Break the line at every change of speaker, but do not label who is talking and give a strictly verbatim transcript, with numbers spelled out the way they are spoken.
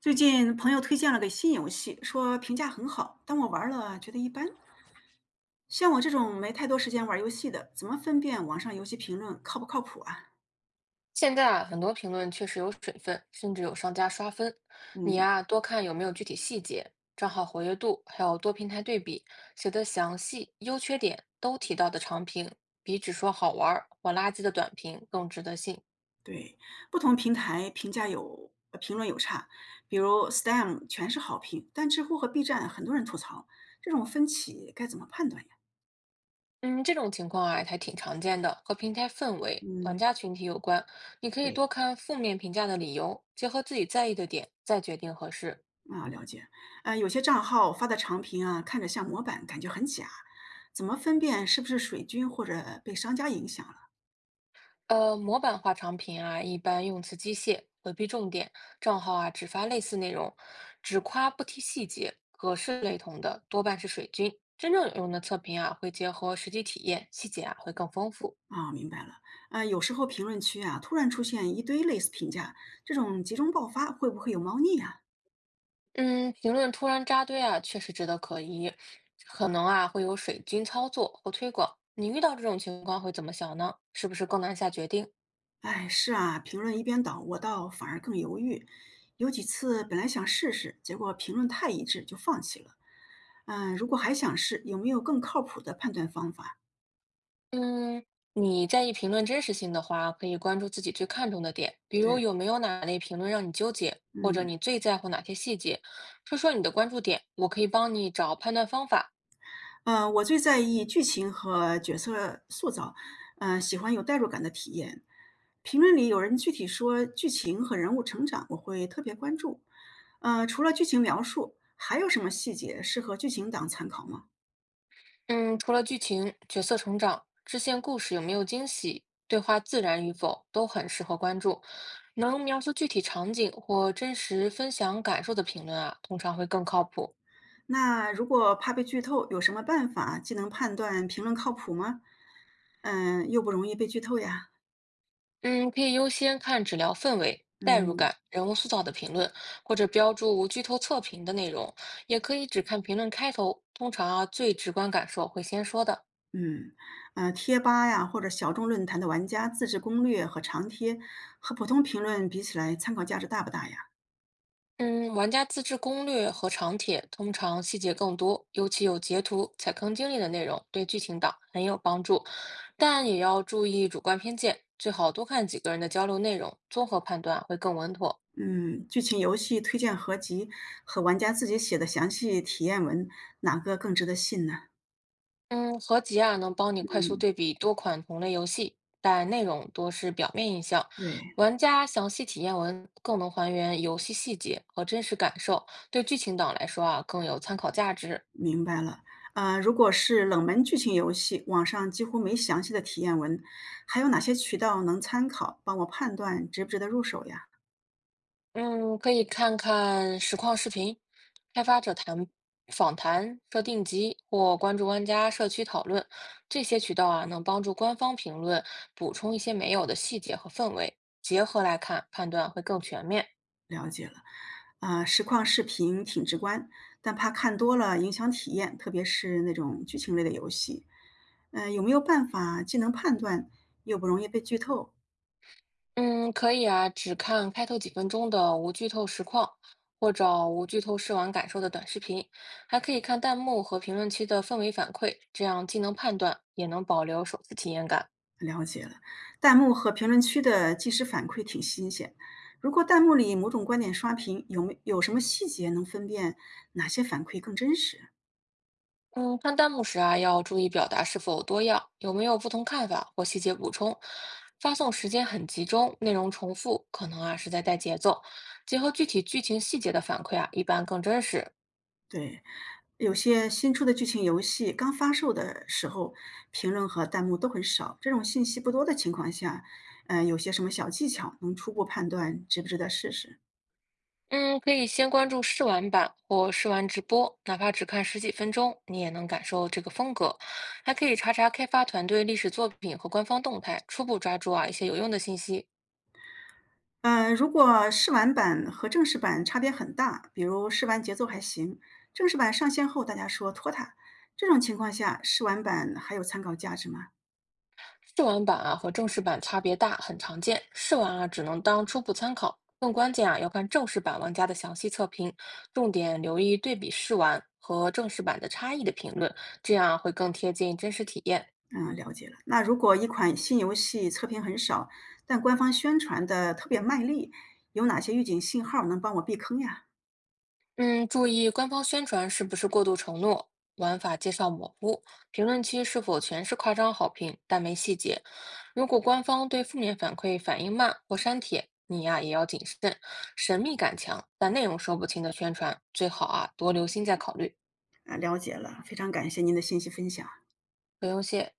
最近朋友推荐了个新游戏，说评价很好，但我玩了觉得一般。像我这种没太多时间玩游戏的，怎么分辨网上游戏评论靠不靠谱啊？
现在啊，很多评论确实有水分，甚至有商家刷分。你
嗯，
呀、多看有没有具体细节、账号活跃度，还有多平台对比，写的详细、优缺点都提到的长评，比只说好玩儿或垃圾的短评更值得信。
对，不同平台评价有呃评论有差，比如 Steam 全是好评，但知乎和 B 站很多人吐槽，这种分歧该怎么判断呀？
嗯，这种情况啊，还挺常见的，和平台氛围、玩
嗯，
家群体有关。你可以
对，
多看负面评价的理由，结合自己在意的点，再决定合适。
啊，了解。呃，有些账号发的长评啊，看着像模板，感觉很假，怎么分辨是不是水军或者被商家影响了？
呃，模板化产品啊，一般用词机械，回避重点，账号啊只发类似内容，只夸不提细节，格式类同的多半是水军。真正有用的测评啊，会结合实际体验，细节啊会更丰富。
啊，明白了。呃，有时候评论区啊，突然出现一堆类似评价，这种集中爆发会不会有猫腻啊？
嗯，评论突然扎堆啊，确实值得可疑，可能啊会有水军操作或推广。你遇到这种情况会怎么想呢？是不是更难下决定？
哎，是啊，评论一边倒，我倒反而更犹豫。有几次本来想试试，结果评论太一致就放弃了。嗯、如果还想试，有没有更靠谱的判断方法？
嗯，你在意评论真实性的话，可以关注自己最看重的点，比如
对，
有没有哪类评论让你纠结，或者
嗯。
你最在乎哪些细节，说说你的关注点，我可以帮你找判断方法。
嗯，我最在意剧情和角色塑造，嗯，喜欢有代入感的体验。评论里有人具体说剧情和人物成长，我会特别关注。嗯，除了剧情描述，还有什么细节适合剧情党参考吗？
嗯，除了剧情、角色成长、支线故事有没有惊喜、对话自然与否，都很适合关注。能描述具体场景或真实分享感受的评论啊，通常会更靠谱。
那如果怕被剧透，有什么办法既能判断评论靠谱吗？嗯、又不容易被剧透呀。
嗯，可以优先看治疗氛围、代入
嗯，
感、人物塑造的评论，或者标注无剧透测评的内容，也可以只看评论开头。通常啊，最直观感受会先说的。
嗯，呃，贴吧呀，或者小众论坛的玩家自制攻略和长贴，和普通评论比起来，参考价值大不大呀？
嗯，玩家自制攻略和长帖通常细节更多，尤其有截图、踩坑经历的内容，对剧情党很有帮助。但也要注意主观偏见，最好多看几个人的交流内容，综合判断会更稳妥。
嗯，剧情游戏推荐合集和玩家自己写的详细体验文，哪个更值得信呢？
嗯，合集啊，能帮你快速
嗯，
对比多款同类游戏，但内容多是表面印象。
对，
玩家详细体验文更能还原游戏细节和真实感受，对剧情党来说啊更有参考价值。
明白了。呃，如果是冷门剧情游戏，网上几乎没详细的体验文，还有哪些渠道能参考，帮我判断值不值得入手呀？
嗯，可以看看实况视频、开发者谈访谈、设定集或关注玩家社区讨论，这些渠道啊能帮助官方评论补充一些没有的细节和氛围，结合来看判断会更全面。
了解了，啊，实况视频挺直观，但怕看多了影响体验，特别是那种剧情类的游戏。呃，有没有办法既能判断，又不容易被剧透？
嗯，可以啊，只看开头几分钟的无剧透实况，或者无剧透试玩感受的短视频，还可以看弹幕和评论区的氛围反馈，这样既能判断，也能保留首次体验感。
了解了，弹幕和评论区的即时反馈挺新鲜。如果弹幕里某种观点刷屏，有没有什么细节能分辨哪些反馈更真实？
嗯，看弹幕时啊，要注意表达是否多样，有没有不同看法或细节补充。发送时间很集中，内容重复，可能啊是在带节奏。结合具体剧情细节的反馈啊，一般更真实。
对，有些新出的剧情游戏刚发售的时候，评论和弹幕都很少。这种信息不多的情况下，嗯，有些什么小技巧能初步判断值不值得试试？
嗯，可以先关注试玩版或试玩直播，哪怕只看十几分钟，你也能感受这个风格。还可以查查开发团队历史作品和官方动态，初步抓住啊一些有用的信息。
呃，如果试玩版和正式版差别很大，比如试玩节奏还行，正式版上线后大家说拖沓，这种情况下，试玩版还有参考价值吗？
试玩版啊和正式版差别大，很常见。试玩啊只能当初步参考，更关键啊要看正式版玩家的详细测评，重点留意对比试玩和正式版的差异的评论，这样会更贴近真实体验。
嗯，了解了。那如果一款新游戏测评很少，但官方宣传的特别卖力，有哪些预警信号能帮我避坑呀？
嗯，注意官方宣传是不是过度承诺，玩法介绍模糊，评论区是否全是夸张好评但没细节。如果官方对负面反馈反应慢或删帖，你呀、也要谨慎。神秘感强但内容说不清的宣传，最好啊多留心再考虑。
啊，了解了，非常感谢您的信息分享。
不用谢。